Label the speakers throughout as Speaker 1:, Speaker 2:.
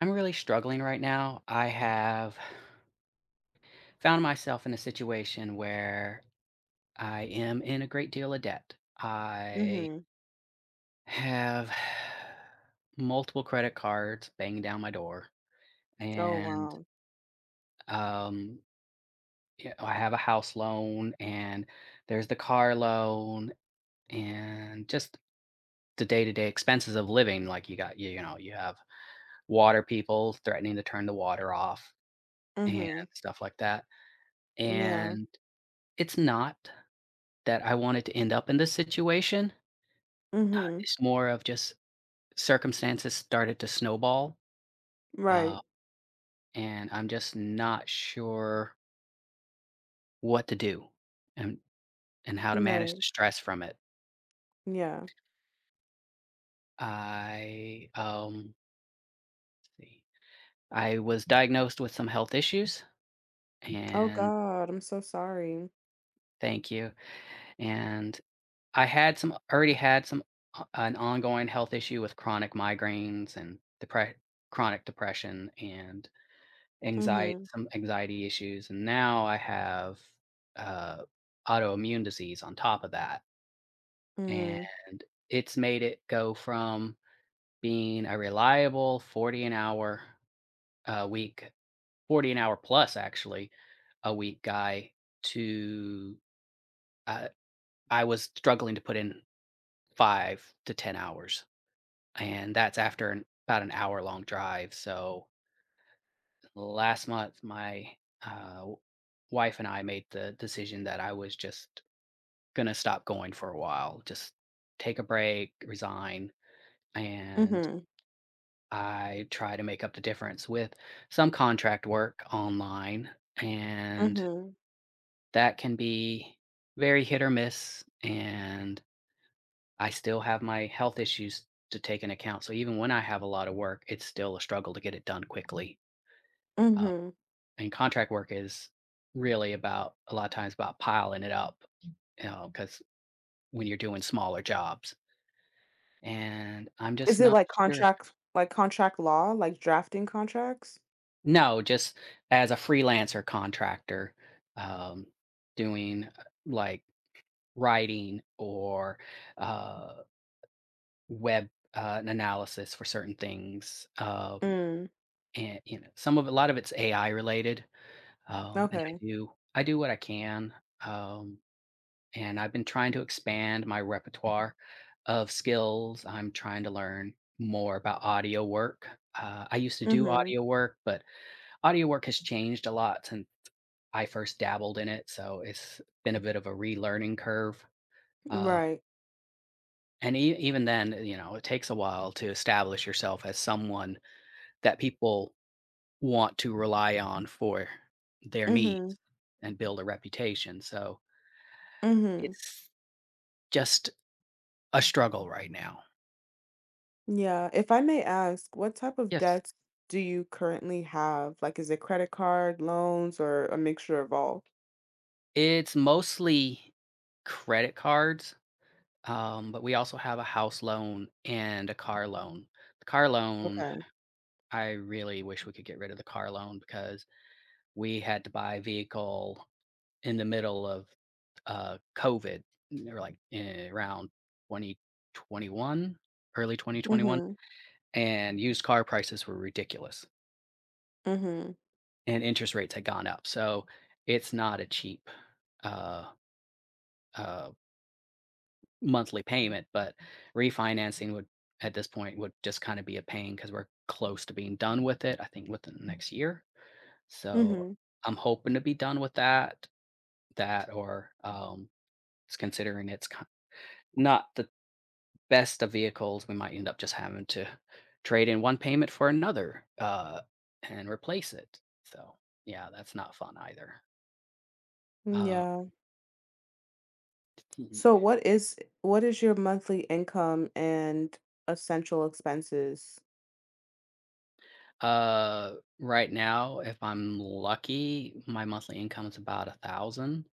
Speaker 1: I'm really struggling right now. I have found myself in a situation where I am in a great deal of debt. I
Speaker 2: Mhm.
Speaker 1: have multiple credit cards banging down my door,
Speaker 2: Oh,
Speaker 1: and
Speaker 2: wow.
Speaker 1: um, yeah, I have a house loan, and there's the car loan, and just the day to day expenses of living. Like you got, you know, you have water people threatening to turn the water off and
Speaker 2: Mhm.
Speaker 1: stuff like that.
Speaker 2: Yeah.
Speaker 1: And it's not that I wanted to end up in this situation. uh,
Speaker 2: Mhm.
Speaker 1: it's more of just circumstances started to snowball. uh,
Speaker 2: Right.
Speaker 1: and I'm just not sure what to do and and how to manage the
Speaker 2: Right.
Speaker 1: stress from it.
Speaker 2: Yeah.
Speaker 1: I, um, let's see, I was diagnosed with some health issues.
Speaker 2: Oh
Speaker 1: And
Speaker 2: God, I'm so sorry.
Speaker 1: Thank you. And I had some already had some o an ongoing health issue with chronic migraines and depre chronic depression and Anxiety
Speaker 2: Mhm.
Speaker 1: some anxiety issues, and now I have, uh, autoimmune disease on top of that, and
Speaker 2: Mhm.
Speaker 1: it's made it go from being a reliable 40 an hour a week 40 an hour plus actually, a week guy to, uh, I was struggling to put in 5 to 10 hours, and that's after an about an hour-long drive. So last month my uh, w- wife and I made the decision that I was just going to stop going for a while, just take a break, resign. And
Speaker 2: Mhm.
Speaker 1: I try to make up the difference with some contract work online. And
Speaker 2: Mhm.
Speaker 1: that can be very hit or miss. And I still have my health issues to take into account. So even when I have a lot of work, it's still a struggle to get it done quickly.
Speaker 2: Mhm.
Speaker 1: And contract work is really about a lot of times about piling it up, you know, because when you're doing smaller jobs. And I'm
Speaker 2: Is
Speaker 1: just
Speaker 2: it
Speaker 1: not
Speaker 2: like
Speaker 1: sure.
Speaker 2: contract, like contract law, like drafting contracts?
Speaker 1: No, just as a freelancer contractor, um, doing like writing or uh, web an analysis for certain things. Um,
Speaker 2: Mm.
Speaker 1: and some of a lot of it's AI related. And
Speaker 2: Okay.
Speaker 1: I do what I can. Um, and I've been trying to expand my repertoire of skills. I'm trying to learn more about audio work. I used to do
Speaker 2: Mhm.
Speaker 1: audio work, but audio work has changed a lot since I first dabbled in it. So it's been a bit of a relearning curve. Uh,
Speaker 2: Right.
Speaker 1: and even then, it takes a while to establish yourself as someone that people want to rely on for their needs
Speaker 2: Mhm.
Speaker 1: and build a reputation. So
Speaker 2: Mhm.
Speaker 1: it's just a struggle right now.
Speaker 2: Yeah. If I may ask, what type of
Speaker 1: Yes.
Speaker 2: debts do you currently have? Like, is it credit card, loans, or a mixture of all?
Speaker 1: It's mostly credit cards, but we also have a house loan and a car loan. The car loan,
Speaker 2: Okay.
Speaker 1: I really wish we could get rid of the car loan because we had to buy a vehicle in the middle of COVID, or like around 2021, early 2021,
Speaker 2: Mhm.
Speaker 1: and used car prices were ridiculous
Speaker 2: Mhm.
Speaker 1: and interest rates had gone up. So it's not a cheap uh, uh, monthly payment, but refinancing would at this point would just kind of be a pain because we're close to being done with it. I think within the next year, so
Speaker 2: Mhm.
Speaker 1: I'm hoping to be done with that. That or it's considering it's not the best of vehicles, we might end up just having to trade in one payment for another, and replace it. So yeah, that's not fun either. Uh,
Speaker 2: Yeah. So what is your monthly income and essential expenses?
Speaker 1: Right now, if I'm lucky, my monthly income is about 1,000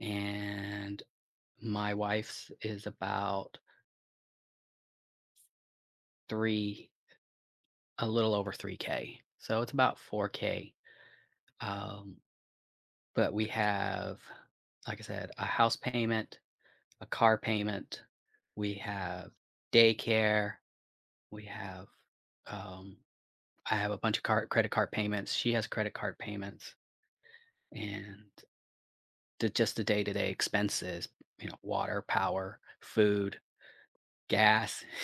Speaker 1: and my wife's is about 3 a little over 3K. So it's about 4K. Um, but we have, like I said, a house payment, a car payment, we have daycare, we have, um I have a bunch of card credit card payments, she has credit card payments, and the just the day-to-day expenses, water, power, food, gas.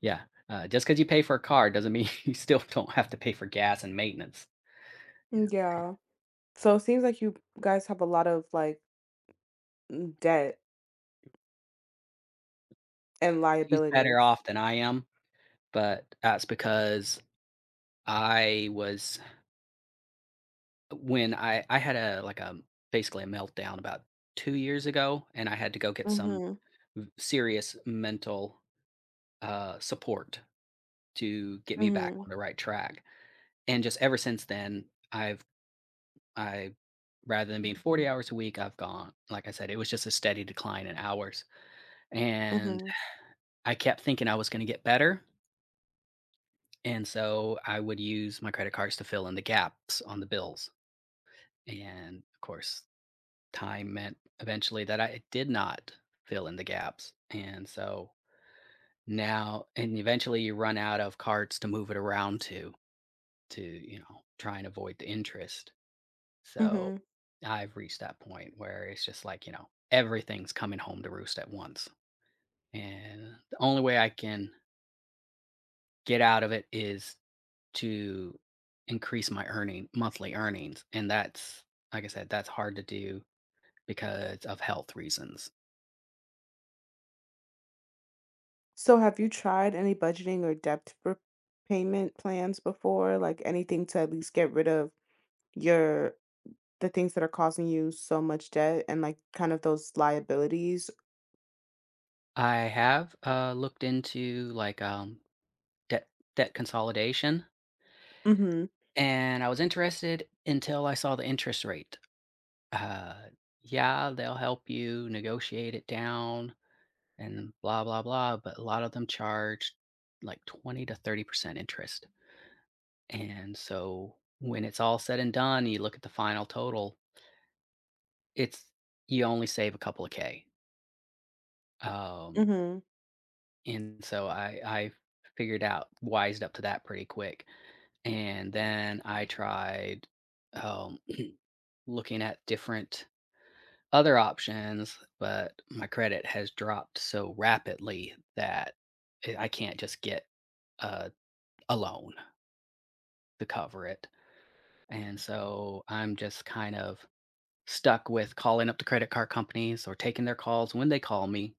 Speaker 1: Yeah, just because you pay for a car doesn't mean you still don't have to pay for gas and maintenance, you know?
Speaker 2: Yeah. So it seems like you guys have a lot of, like, debt and
Speaker 1: She's better
Speaker 2: liabilities.
Speaker 1: off than I am, but that's because I was when I had a, like, a basically a meltdown about 2 years ago, and I had to go get some
Speaker 2: Mhm.
Speaker 1: serious mental support to get me back
Speaker 2: Mhm.
Speaker 1: on the right track. And just ever since then, I've I, rather than being 40 hours a week, I've gone, like I said, it was just a steady decline in hours. And
Speaker 2: Mhm.
Speaker 1: I kept thinking I was going to get better, and so I would use my credit cards to fill in the gaps on the bills. And of course, time meant eventually that I did not fill in the gaps. And so now, and eventually you run out of cards to move it around to, try and avoid the interest. So
Speaker 2: Mhm.
Speaker 1: I've reached that point where it's just like, everything's coming home to roost at once. And the only way I can get out of it is to increase my earning monthly earnings. And that's, like I said, that's hard to do because of health reasons.
Speaker 2: So have you tried any budgeting or debt repayment plans before? Like, anything to at least get rid of your the things that are causing you so much debt and like kind of those liabilities?
Speaker 1: I have looked into like debt debt consolidation,
Speaker 2: Mhm.
Speaker 1: and I was interested until I saw the interest rate. Uh, yeah, they'll help you negotiate it down and blah, blah, blah. But a lot of them charge like 20 to 30% interest. And so when it's all said and done, you look at the final total, it's you only save a couple of K. Um,
Speaker 2: Mhm.
Speaker 1: and so I figured out, wised up to that pretty quick. And then I tried um, looking at different other options, but my credit has dropped so rapidly that I can't just get a, a loan to cover it. And so I'm just kind of stuck with calling up the credit card companies or taking their calls when they call me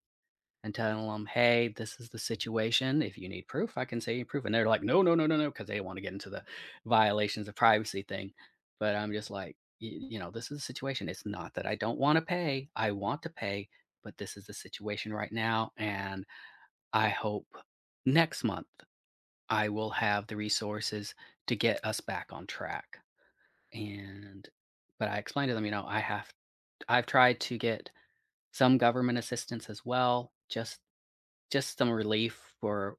Speaker 1: and tell them, "Hey, this is the situation. If you need proof, I can say you proof." And they're like, "No, no, no, no, no," because they want to get into the violations of privacy thing. But I'm just like, this is the situation. It's not that I don't want to pay. I want to pay, but this is the situation right now, and I hope next month I will have the resources to get us back on track. And but I explained to them, I've tried to get some government assistance as well, just some relief for,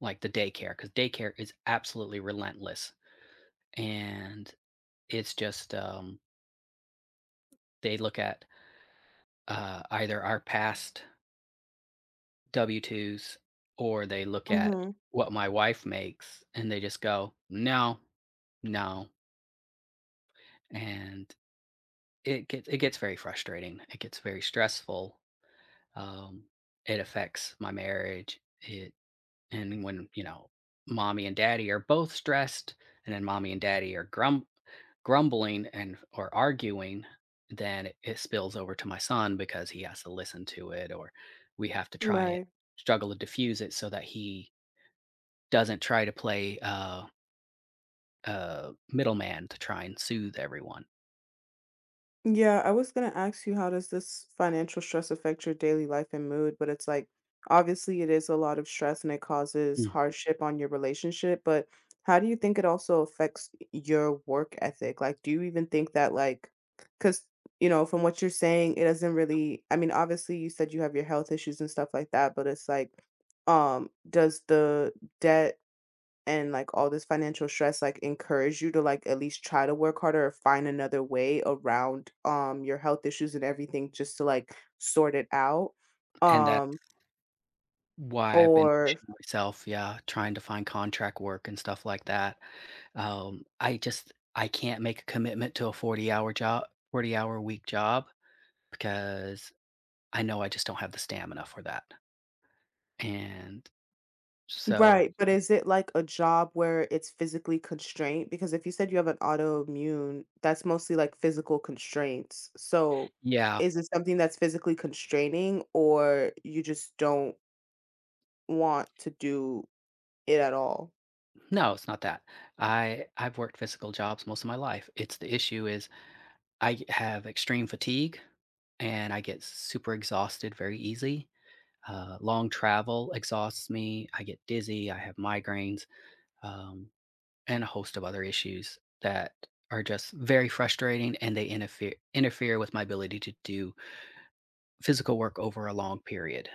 Speaker 1: like, the daycare, because daycare is absolutely relentless, and it's just, they look at, either our past W-2s or they look at
Speaker 2: Mhm.
Speaker 1: what my wife makes, and they just go, "No, no," and it gets very frustrating. It gets very stressful. Um, it affects my marriage. It And when, mommy and daddy are both stressed, and then mommy and daddy are grumbling and or arguing, then it spills over to my son because he has to listen to it, or we have to try it,
Speaker 2: Right.
Speaker 1: struggle to diffuse it so that he doesn't try to play middleman to try and soothe everyone.
Speaker 2: Yeah, I was gonna ask you, how does this financial stress affect your daily life and mood? But it's like, obviously it is a lot of stress and it causes
Speaker 1: Mm.
Speaker 2: hardship on your relationship, but how do you think it also affects your work ethic? Like, do you even think that like, because you know, from what you're saying, it doesn't really, I mean, obviously you said you have your health issues and stuff like that, but it's like, does the debt and like all this financial stress like encourage you to like at least try to work harder or find another way around your health issues and everything just to like sort it out,
Speaker 1: And that
Speaker 2: um
Speaker 1: Why I've been
Speaker 2: or
Speaker 1: pushing myself, yeah, trying to find contract work and stuff like that. I can't make a commitment to a 40-hour week job because I know I just don't have the stamina for that, and so
Speaker 2: right, but is it like a job where it's physically constrained? Because if you said you have an autoimmune, that's mostly like physical constraints, so
Speaker 1: yeah.
Speaker 2: is it something that's physically constraining, or you just don't want to do it at all?
Speaker 1: No, it's not that. I've worked physical jobs most of my life. It's the issue is I have extreme fatigue, and I get super exhausted very easy. Long travel exhausts me, I get dizzy, I have migraines, um, and a host of other issues that are just very frustrating, and they interfere with my ability to do physical work over a long period.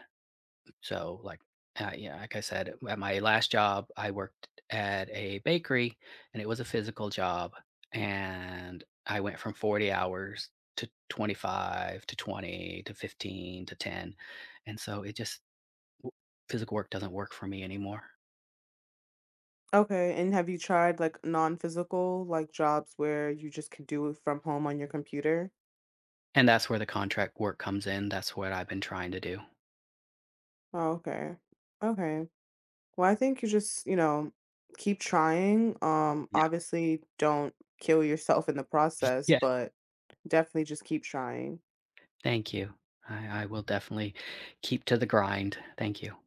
Speaker 1: So, like, yeah, like I said, at my last job, I worked at a bakery, and it was a physical job, and I went from 40 hours to 25 to 20 to 15 to 10. And so it just w- physical work doesn't work for me anymore,
Speaker 2: Okay, and have you tried like non-physical, like jobs where you just can do it from home on your computer?
Speaker 1: and that's where the contract work comes in. That's what I've been trying to do.
Speaker 2: Oh, okay. Okay. Well, I think you just, you know, keep trying.
Speaker 1: Yeah.
Speaker 2: Obviously don't kill yourself in the process,
Speaker 1: Yeah.
Speaker 2: but definitely just keep trying.
Speaker 1: Thank you. I will definitely keep to the grind. Thank you.